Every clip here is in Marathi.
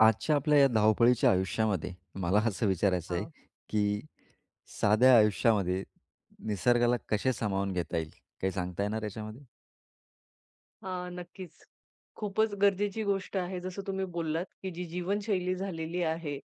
आजच्या आपल्या या धावपळीच्या आयुष्यामध्ये मला असं विचारायचं आहे, हां, की साध्या आयुष्यामध्ये निसर्गाला कसे सामावून घेता येईल? काही सांगता येणार याच्यामध्ये? हां, नक्कीच. खूपच गरजेची गोष्ट आहे, जसं तुम्ही बोललात, की जी जीवनशैली झालेली आहे,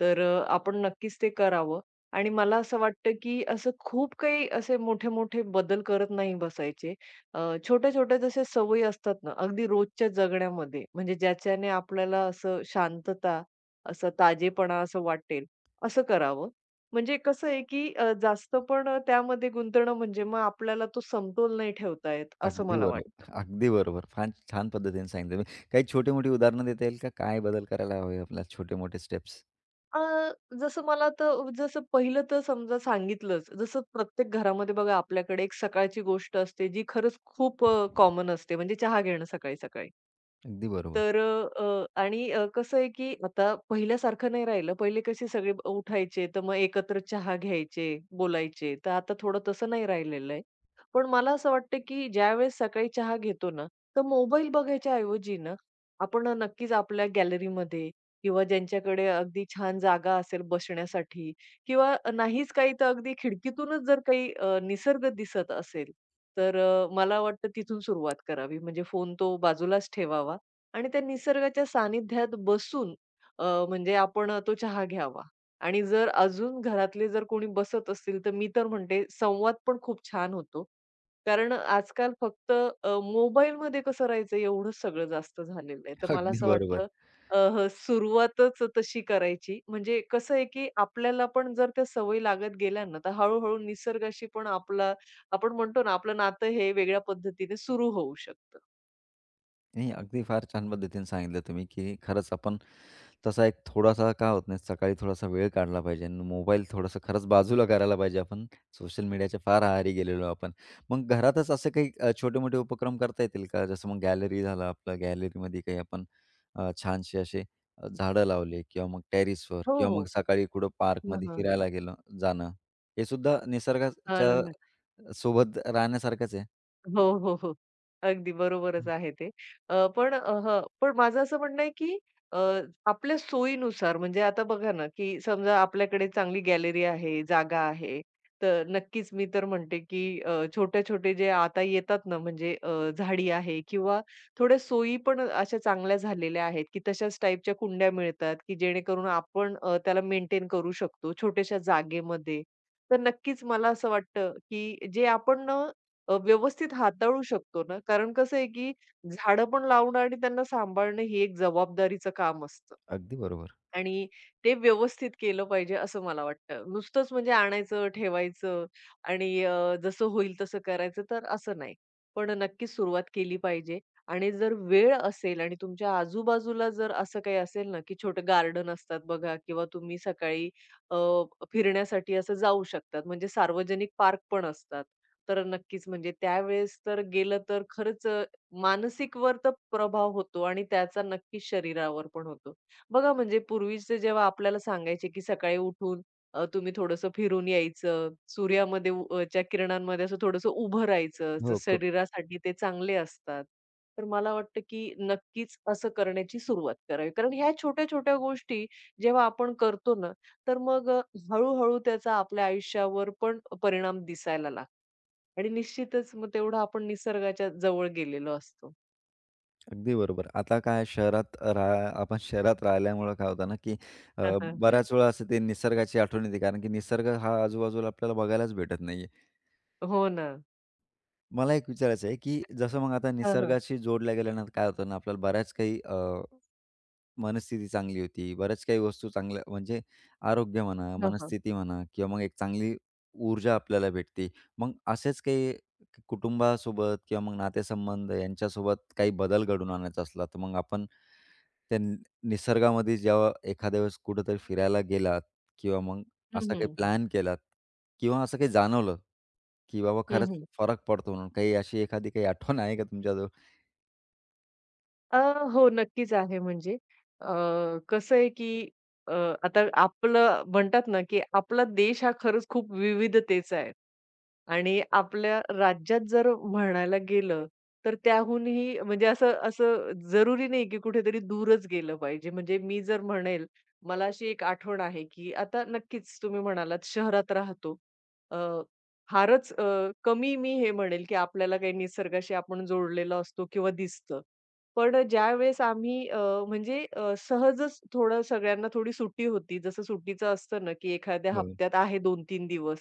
तर आपण नक्कीच ते करावं आणि मला असं वाटतं, की असं खूप काही असे मोठे-मोठे बदल करत नाही बसायचे. अ, छोट्या-छोट्या जशा सवयी असतात ना, अगदी रोजच्या जगण्यामध्ये, म्हणजे ज्याच्याने आपल्याला असं शांतता, असं ताजेपणा असं वाटेल, असं करावं. म्हणजे कसं आहे, की जास्त पण त्यामध्ये गुंतणं म्हणजे मग आपल्याला तो समतोल नाही ठेवता येत, असं अगदी मला बरोबर. वाटतं. अगदी बरोबर. फार छान पद्धतीने सांगितलं तुम्ही. काही छोटी-मोठी उदाहरणं देता येईल का? काय बदल करायला हवे आपल्याला छोटे-मोठे स्टेप्स? अ, जसं मला तर जसं पहिलं तर समजा सांगितलंच. जसं प्रत्येक घरामध्ये बघा आपल्याकडे एक सकाळची गोष्ट असते, जी खरंच खूप कॉमन असते म्हणजे चहा घेणं सकाळी-सकाळी. अगदी बरोबर. तर अ, अ, आणि अ, कसं आहे, की आता पहिल्यासारखं नाही राहिलं. पहिले कसे सगळे उठायचे, तर मग एकत्र चहा घ्यायचे, बोलायचे. तर आता थोडं तसं नाही राहिलेलं आहे. पण मला असं वाटतं, की ज्यावेळेस सकाळी चहा घेतो ना, तर मोबाईल बघायच्या ऐवजी ना, आपण नक्कीच आपल्या गॅलरीमध्ये किंवा ज्यांच्याकडे अगदी छान जागा असेल बसण्यासाठी किंवा नाहीच काही तर अगदी खिडकीतूनच जर काही निसर्ग दिसत असेल, तर मला वाटतं तिथून सुरुवात करावी. म्हणजे फोन तो बाजूलाच ठेवावा आणि त्या निसर्गाच्या सानिध्यात बसून अ, म्हणजे आपण तो चहा घ्यावा. आणि जर अजून घरातले जर कोणी बसत असतील, तर मी तर म्हणते संवाद पण खूप छान होतो. कारण आजकाल फक्त मोबाईलमध्ये कसं राहायचं एवढंच सगळं जास्त झालेलं आहे. तर मला अगदी असं बरोबर. वाटतं सुरुवातच तशी करायची. म्हणजे कसं आहे, की आपल्याला पण जर त्या सवयी लागत गेल्या ना, तर हळू निसर्गाशी पण आपला आपण म्हणतो ना, आपलं नातं हे वेगळ्या पद्धतीने सुरू होऊ शकतं. नाही, अगदी फार छान पद्धतीने सांगितलं तुम्ही, की खरंच आपण तसा एक थोडासा का होत नाही, सकाळी थोडासा वेळ काढला पाहिजे आणि मोबाईल थोड़ासा खरंच बाजूला करायला पाहिजे आपण. सोशल मीडियाच्या फार आहारी गेलेलो आपण. मग घरातच असे काही छोटे-मोठे उपक्रम करता येतील का? जसं मग गॅलरी झालं आपलं, गॅलरीमध्ये काही आपण छानसे असे झाडं लावले किंवा मग टेरेसवर हो, किंवा मग हो. सकाळी कुठं हां, पार्कमध्ये हां. फिरायला गेलं जाणं. हे सुद्धा हां. निसर्गाच्या सोबत राहण्यासारखंच आहे. हो, हो, हो. अगदी बरोबरच आहे ते. अ, पण अ, हं, पण माझं असं म्हणणं आहे, की अ, आपल्या सोयीनुसार म्हणजे आता बघा ना, की समजा आपल्याकडे चांगली गॅलरी आहे, जागा आहे, तर नक्कीच मी तर म्हणते, की छोटे-छोटे जे आता येतात ना, झाडी आहे किंवा थोड्या सोयी पण अशा चांगल्या झालेल्या आहेत, की तशाच टाईपच्या कुंड्या मिळतात, की जेणेकरून आपण त्याला मेंटेन करू शकतो छोट्याशा जागेमध्ये. तर नक्कीच मला असं वाटतं, की जे आपण व्यवस्थित हाताळू शकतो ना, कारण कसं आहे, की झाडं पण लावणं आणि त्यांना सांभाळणं ही एक जबाबदारीचं काम असतं. अगदी बरोबर. आणि ते व्यवस्थित केलं पाहिजे असं मला वाटतं. नुसतंच म्हणजे आणायचं, ठेवायचं आणि जसं होईल तसं करायचं तर असं नाही. पण नक्कीच सुरुवात केली पाहिजे आणि जर वेळ असेल आणि तुमच्या आजूबाजूला जर असं काही असेल ना, की छोटं गार्डन असतात बघा किंवा तुम्ही सकाळी अ, फिरण्यासाठी असं जाऊ शकतात. म्हणजे सार्वजनिक पार्क पण असतात. तर नक्कीच म्हणजे त्यावेळेस तर गेलं तर खरंच मानसिकवर तर प्रभाव होतो आणि त्याचा नक्कीच शरीरावर पण होतो. बघा म्हणजे पूर्वीचे जेव्हा आपल्याला सांगायचे, की सकाळी उठून तुम्ही थोडंसं फिरून यायचं, सूर्यामध्ये च्या किरणांमध्ये असं थोडंसं उभं राहायचं, तर हो. शरीरासाठी ते चांगले असतात. तर मला वाटतं, की नक्कीच असं करण्याची सुरुवात करावी. कारण ह्या छोट्या-छोट्या गोष्टी जेव्हा आपण करतो ना, तर मग हळू त्याचा आपल्या आयुष्यावर पण परिणाम दिसायला लागतो आणि निश्चितच मग तेवढं आपण निसर्गाच्या जवळ गेलेलो असतो. अगदी बरोबर. आता काय शहरात राहा आपण शहरात राहिल्यामुळं काय होतं ना, की बऱ्याच वेळा असं ते निसर्गाची आठवण येते. कारण की निसर्ग हा आजूबाजूला आपल्याला बघायलाच भेटत नाहीये. हो ना. मला एक विचारायचं आहे, की जसं मग आता हां, हां. निसर्गाशी जोडल्या गेल्यानंतर काय होतं ना, आपल्याला बऱ्याच काही मनस्थिती चांगली होती. बऱ्याच काही वस्तू चांगल्या म्हणजे आरोग्य म्हणा, हां, हां. मनस्थिती म्हणा किंवा मग एक चांगली ऊर्जा आपल्याला भेटते. मग असेच काही कुटुंबासोबत किंवा मग नातेसंबंध यांच्यासोबत काही बदल घडवून आणायचा असला, तर मग आपण त्या नि निसर्गामध्ये जेव्हा एखाद्या वेळेस कुठेतरी फिरायला गेलात किंवा मग हं, असा काही हं. प्लॅन केलात किंवा असं काही जाणवलं, की बाबा खरंच हं, फरक पडतो म्हणून काही अशी एखादी काही आठवण आहे का तुमच्याजवळ? अ, हो, नक्कीच आहे म्हणजे अ, कसं आहे, की अ, आता आपलं म्हणतात ना, की आपला देश हा खरंच खूप विविधतेचा आहे. आणि आपल्या राज्यात जर म्हणायला गेलं, तर त्याहूनही म्हणजे असं असं जरुरी नाही, की कुठेतरी दूरच गेलं पाहिजे. म्हणजे मी जर म्हणेल, मला अशी एक आठवण आहे, की आता नक्कीच तुम्ही म्हणालात शहरात राहतो. अ, फारच कमी मी हे म्हणेल, की आपल्याला काही निसर्गाशी आपण जोडलेलो असतो किंवा दिसतं. पण ज्यावेळेस आम्ही सहजच थोडं सगळ्यांना थोडी सुट्टी होती. जसं सुट्टीचं असतं ना, की एखाद्या हो. हप्त्यात आहे 2-3 दिवस.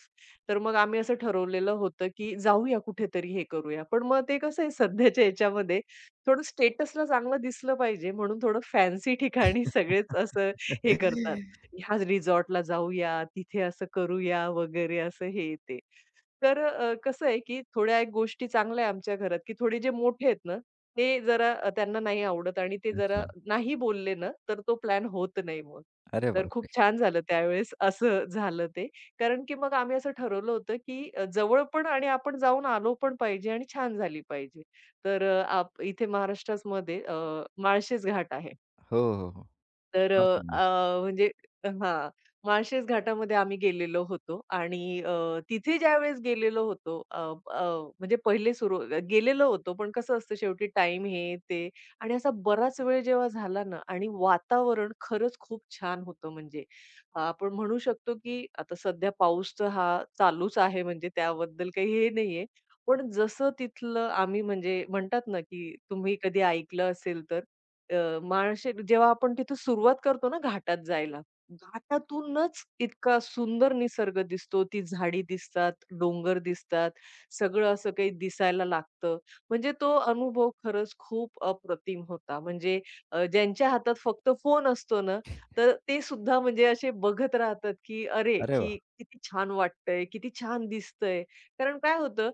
तर मग आम्ही असं ठरवलेलं होतं, की जाऊया कुठेतरी हे करूया. पण मग ते कसं आहे सध्याच्या ह्याच्यामध्ये थोडं स्टेटसला चांगलं दिसलं पाहिजे म्हणून थोडं फॅन्सी ठिकाणी सगळेच असं हे करतात. ह्या रिसॉर्टला जाऊया, तिथे असं करूया वगैरे असं हे ते. तर कसं आहे, की थोड्या एक गोष्टी चांगल्या आहे आमच्या घरात, की थोडे जे मोठे आहेत ना, ते जरा त्यांना नाही आवडत आणि ते जरा अच्छा. नाही बोलले ना, तर तो प्लॅन होत नाही मग. अरे तर खूप बापरे! छान झालं त्यावेळेस असं झालं ते. कारण की मग आम्ही असं ठरवलं होतं, की जवळ पण आणि आपण जाऊन आलो पण पाहिजे आणि छान झाली पाहिजे. तर आप इथे महाराष्ट्रामध्ये माळशेज घाट आहे. हो, हो, हो. तर फार अ, सुंदर. अ, म्हणजे हां, माळशेज घाटामध्ये आम्ही गेलेलो होतो आणि तिथे ज्यावेळेस गेलेलो होतो अ, अ, म्हणजे पहिले सुरू गेलेलो होतो, पण कसं असतं शेवटी टाइम हे, ते आणि असा बराच वेळ जेव्हा झाला ना आणि वातावरण खरंच खूप छान होतं म्हणजे. आपण म्हणू शकतो की आता सध्या पाऊस तर हा चालूच आहे म्हणजे त्याबद्दल काही हे नाहीये. पण जसं तिथलं आम्ही म्हणजे म्हणतात ना, की तुम्ही कधी ऐकलं असेल तर माळशेर जेव्हा आपण तिथून सुरुवात करतो ना घाटात जायला, घाटातूनच इतका सुंदर निसर्ग दिसतो. ती झाडी दिसतात, डोंगर दिसतात, सगळं असं काही दिसायला लागतं. म्हणजे तो अनुभव खरंच खूप अप्रतिम होता. म्हणजे ज्यांच्या हातात फक्त फोन असतो ना, तर ते सुद्धा म्हणजे असे बघत राहतात, की अरे, अरे वाह! की किती छान वाटतंय, किती छान दिसतंय. कारण काय होतं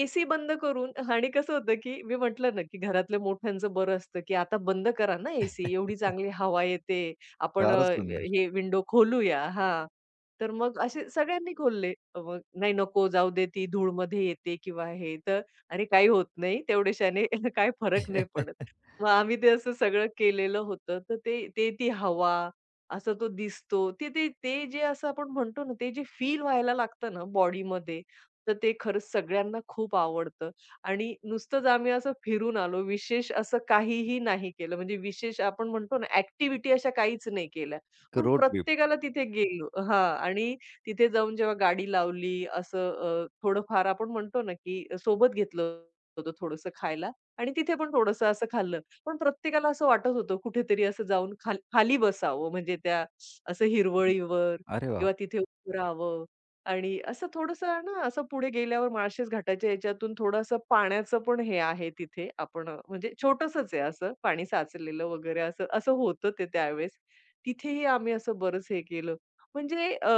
एसी बंद करून आणि कसं होतं, की मी म्हटलं ना, की घरातल्या मोठ्यांचं बरं असतं, की आता बंद करा ना एसी, एवढी चांगली हवा येते. आपण फारच सुंदर. हे विंडो खोलूया हां. तर मग असे सगळ्यांनी खोलले. मग नाही नको जाऊ दे ती धूळमध्ये येते किंवा हे तर अरे काही होत नाही तेवढ्याशाने काही फरक नाही पडत. मग आम्ही ते असं सगळं केलेलं होतं. तर ते ते ती हवा, असा तो दिसतो. ते ते ते जे असं आपण म्हणतो ना, ते जे फील व्हायला लागतं ना बॉडीमध्ये, तर ते खरंच सगळ्यांना खूप आवडतं आणि नुसतंच आम्ही असं फिरून आलो. विशेष असं काहीही नाही केलं. म्हणजे विशेष आपण म्हणतो ना, ॲक्टिव्हिटी अशा काहीच नाही केल्या. पण रोड ट्रिप. प्रत्येकाला तिथे गेलो हां. आणि तिथे जाऊन जेव्हा गाडी लावली असं थोडंफार आपण म्हणतो ना, की सोबत घेतलं होतं थोडंसं खायला आणि तिथे पण थोडंसं असं खाल्लं. पण प्रत्येकाला असं वाटत होतं कुठेतरी असं जाऊन खाल खाली बसावं म्हणजे त्या असं हिरवळीवर अरे वाह! किंवा तिथे उभं राहावं. आणि असं थोडंसं ना, असं पुढे गेल्यावर माळशेज घाटाच्या याच्यातून थोडंसं पाण्याचं पण हे आहे तिथे. आपण म्हणजे छोटंसंच आहे असं, पाणी साचलेलं वगैरे असं असं होतं ते त्यावेळेस. तिथेही आम्ही असं बरंच हे केलं. म्हणजे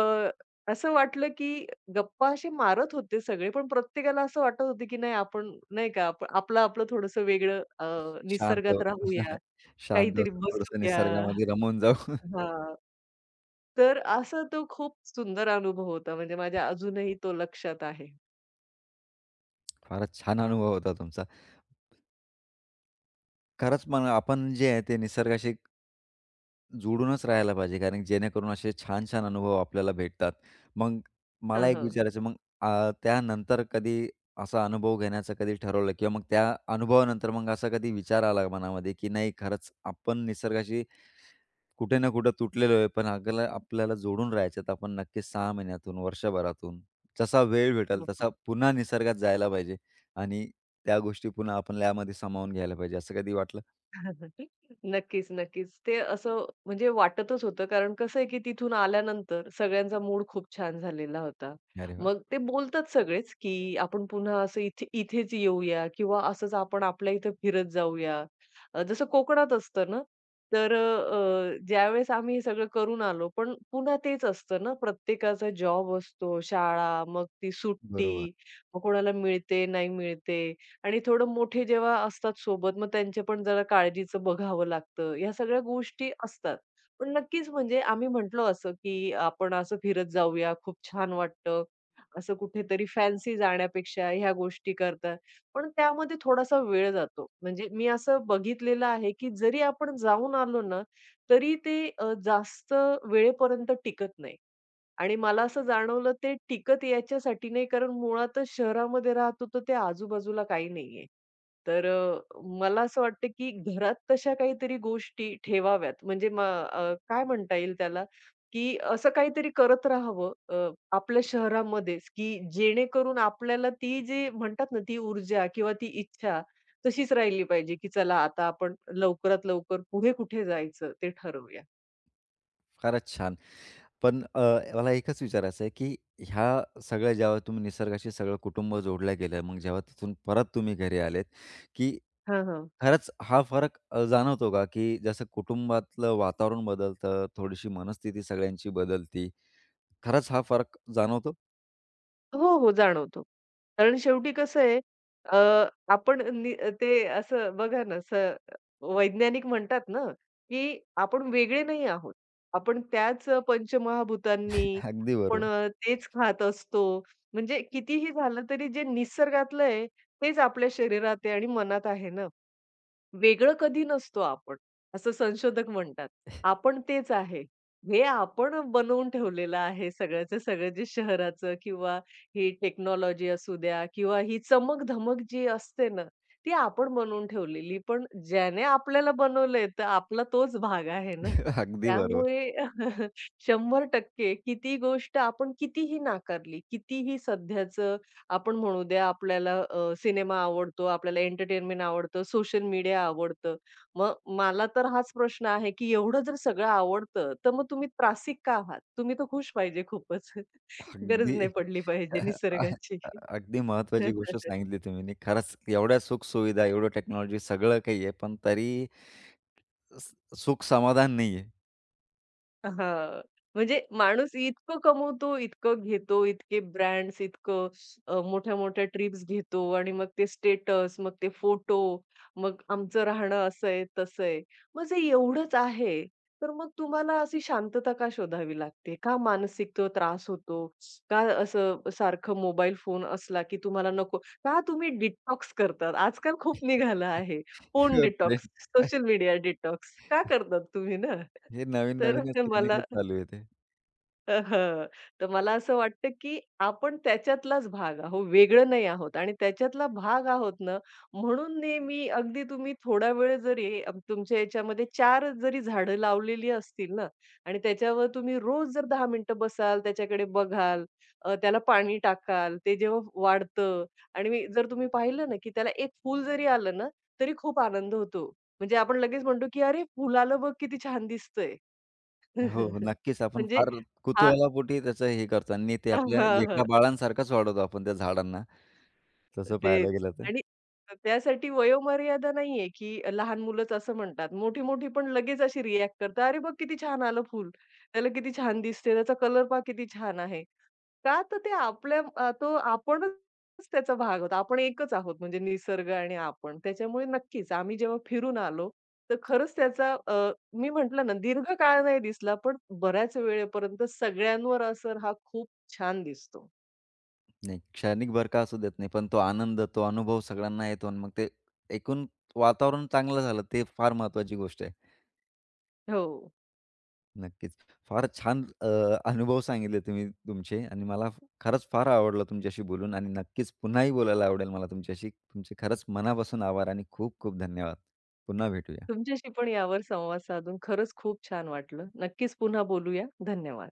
असं वाटलं की गप्पा असे मारत होते सगळे, पण प्रत्येकाला असं वाटत होतं की नाही आपण नाही का आप आपलं आपलं थोडंसं वेगळं शांत निसर्गात राहूया, शांत काहीतरी बसून बसूया. निसर्गामध्ये रमून जाऊ. हां. तर असा तो खूप सुंदर अनुभव होता. म्हणजे माझ्या अजूनही तो लक्षात आहे. फारच छान अनुभव होता तुमचा. खरंच मग आपण जे आहे ते निसर्गाशी जोडूनच राहायला पाहिजे, कारण जेणेकरून असे छान-छान अनुभव आपल्याला भेटतात. मग मला हां, एक हां. विचारायचं मग त्यानंतर कधी असा अनुभव घेण्याचं कधी ठरवलं किंवा मग त्या अनुभवानंतर मग असा कधी विचार आला मनामध्ये, की नाही खरंच आपण निसर्गाशी कुठे ना कुठे तुटलेलो आहे, पण आपल्याला आपल्याला जोडून राहायचं तर आपण नक्कीच 6 महिन्यातून, वर्षभरातून जसा वेळ भेटेल हो, हो. तसा पुन्हा निसर्गात जायला पाहिजे आणि त्या गोष्टी पुन्हा आपल्यामध्ये सामावून घ्यायला पाहिजे, असं कधी वाटलं? नक्कीच, नक्कीच. ते असं म्हणजे वाटतच होतं कारण कसं आहे, की तिथून आल्यानंतर सगळ्यांचा मूड खूप छान झालेला होता. अरे वाह! मग ते बोलतात सगळेच, की आपण पुन्हा असं इथे इथेच येऊया किंवा असंच आपण आपल्या इथं फिरत जाऊया. जसं कोकणात असतं ना, तर ज्यावेळेस आम्ही हे सगळं करून आलो, पण पुन्हा तेच असतं ना, प्रत्येकाचा जॉब असतो, शाळा, मग ती बरोबर. सुट्टी, मग कोणाला मिळते, नाही मिळते. आणि थोडं मोठे जेव्हा असतात सोबत, मग त्यांचे पण जरा काळजीचं बघावं लागतं. ह्या सगळ्या गोष्टी असतात. पण नक्कीच म्हणजे आम्ही म्हटलो असं, की आपण असं फिरत जाऊया, खूप छान वाटतं. असं कुठेतरी फॅन्सी जाण्यापेक्षा ह्या गोष्टी करतात. पण त्यामध्ये थोडासा वेळ जातो. म्हणजे मी असं बघितलेलं आहे, की जरी आपण जाऊन आलो ना, तरी ते जास्त वेळेपर्यंत टिकत नाही. आणि मला असं जाणवलं ते टिकत याच्यासाठी नाही, कारण मुळातच शहरामध्ये राहतो, तर त्या आजूबाजूला काही नाहीये. तर मला असं वाटतं की घरात तशा काहीतरी गोष्टी ठेवाव्यात. म्हणजे काय म्हणता येईल त्याला, की असं काहीतरी करत राहावं आपल्या शहरामध्येच, की जेणेकरून आपल्याला ती जी म्हणतात ना, ती ऊर्जा किंवा ती इच्छा तशीच राहिली पाहिजे, की चला आता आपण लवकरात लवकर पुढे कुठे जायचं ते ठरवूया. फारच छान. पण मला एकच विचारायचं आहे, की ह्या सगळ्या जेव्हा तुम्ही निसर्गाशी सगळं कुटुंब जोडलं गेलं, मग जेव्हा तिथून परत तुम्ही घरी आलेत, की हां, खरंच हा फरक जाणवतो का? की जसं कुटुंबातलं वातावरण बदलतं, थोडीशी मनस्थिती सगळ्यांची बदलती. खरंच हा फरक जाणवतो? हो, हो, जाणवतो. कारण शेवटी कसं आहे अ, आपण नि ते असं बघा ना, वैज्ञानिक म्हणतात ना, की आपण वेगळे नाही आहोत. आपण त्याच पंचमहाभूतांनी अगदी आपण बरोबर. तेच खात असतो. म्हणजे कितीही झालं तरी जे निसर्गातलं आहे तेच आपल्या शरीरात आहे आणि मनात आहे ना. वेगळं कधी नसतो आपण, असं संशोधक म्हणतात. आपण तेच आहे. हे आपण बनवून ठेवलेलं आहे सगळ्याचं सगळं जे शहराचं किंवा ही टेक्नॉलॉजी असू द्या किंवा ही चमक-धमक जी असते ना, ती आपण बनवून ठेवलेली. पण ज्याने आपल्याला बनवलंय तर आपला तोच भाग आहे ना. अगदी बरोबर. त्यामुळे 100% किती गोष्ट आपण कितीही नाकारली, कितीही सध्याचं आपण म्हणू द्या आपल्याला सिनेमा आवडतो, आपल्याला एंटरटेनमेंट आवडतं, सोशल मीडिया आवडतं. मग मला तर हाच प्रश्न आहे, की एवढं जर सगळं आवडतं, तर मग तुम्ही त्रासिक का आहात? तुम्ही तर खुश पाहिजे खूपच. गरज अगदी नाही पडली पाहिजे निसर्गाची. अगदी महत्त्वाची गोष्ट सांगितली तुम्ही. नी खरंच एवढ्या सुखसुविधा, एवढं टेक्नॉलॉजी सगळं काही आहे, पण तरी स सुख समाधान नाहीये. हां. म्हणजे माणूस इतकं कमवतो, इतकं घेतो, इतके ब्रँड्स, इतकं मोठ्या-मोठ्या ट्रिप्स घेतो आणि मग ते स्टेटस, मग ते फोटो, मग आमचं राहणं असं आहे, तसं आहे. मग जे एवढंच आहे, तर मग तुम्हाला अशी शांतता का शोधावी लागते? का मानसिक तो त्रास होतो? का असं सारखं मोबाईल फोन असला की तुम्हाला नको का तुम्ही डिटॉक्स करतात? आजकाल खूप निघालं आहे. फोन खरं डिटॉक्स, आहे. Social media detox. का करतात तुम्ही ना? हे तर नवीन-नवीनच काही ना मला काही चालू आहे ते. हं. तर मला असं वाटतं, की आपण त्याच्यातलाच भाग आहोत, वेगळं नाही आहोत आणि त्याच्यातला भाग आहोत ना, म्हणून नेहमी अगदी तुम्ही थोडा वेळ जरी तुमच्या याच्यामध्ये चार जरी झाडं लावलेली असतील ना आणि त्याच्यावर तुम्ही रोज जर 10 मिनिटं बसाल, त्याच्याकडे बघाल, त्याला पाणी टाकाल, ते जेव्हा वाढतं आणि जर तुम्ही पाहिलं ना, की त्याला एक फूल जरी आलं ना, तरी खूप आनंद होतो. म्हणजे आपण लगेच म्हणतो, की "अरे, फुल आलं बघ, किती छान दिसतंय." हो, हो. नक्कीच आपण म्हणजे फार हा कुतूहलापोटी त्याचं हे करतो आणि ते हां, आपल्या हां. लेकराबाळांसारखंच वाढवतो आपण त्या झाडांना, तसं पाहायला तेच गेलं तर. आणि त्यासाठी वयोमर्यादा नाहीये, की लहान मुलंच असं म्हणतात. मोठी-मोठी पण लगेच अशी रिएक्ट करतात. "अरे बघ किती छान आलं फूल. त्याला किती छान दिसते. त्याचा कलर पहा किती छान आहे." का तर ते आपल्या तो आपणच त्याचा भाग आहोत. आपण एकच आहोत म्हणजे निसर्ग आणि आपण. त्याच्यामुळे नक्कीच आम्ही जेव्हा फिरून आलो, तर खरंच त्याचा मी म्हटलं ना दीर्घकाळ नाही दिसला, पण बऱ्याच वेळेपर्यंत सगळ्यांवर असर हा खूप छान दिसतो. नाही, क्षणिक भर का असू देत नाही, पण तो आनंद, तो अनुभव सगळ्यांना येतो आणि मग ते एकूण वातावरण चांगलं झालं, ते फार महत्त्वाची गोष्ट आहे. हो. नक्कीच. फारच छान अनुभव सांगितले तुम्ही तुमचे आणि मला खरंच फार आवडलं तुमच्याशी बोलून आणि नक्कीच पुन्हाही बोलायला आवडेल मला तुमच्याशी. तुमचे खरंच मनापासून आभार आणि खूप खूप धन्यवाद. पुन्हा भेटूया. तुमच्याशी पण यावर संवाद साधून खरंच खूप छान वाटलं. नक्कीच पुन्हा बोलूया. धन्यवाद.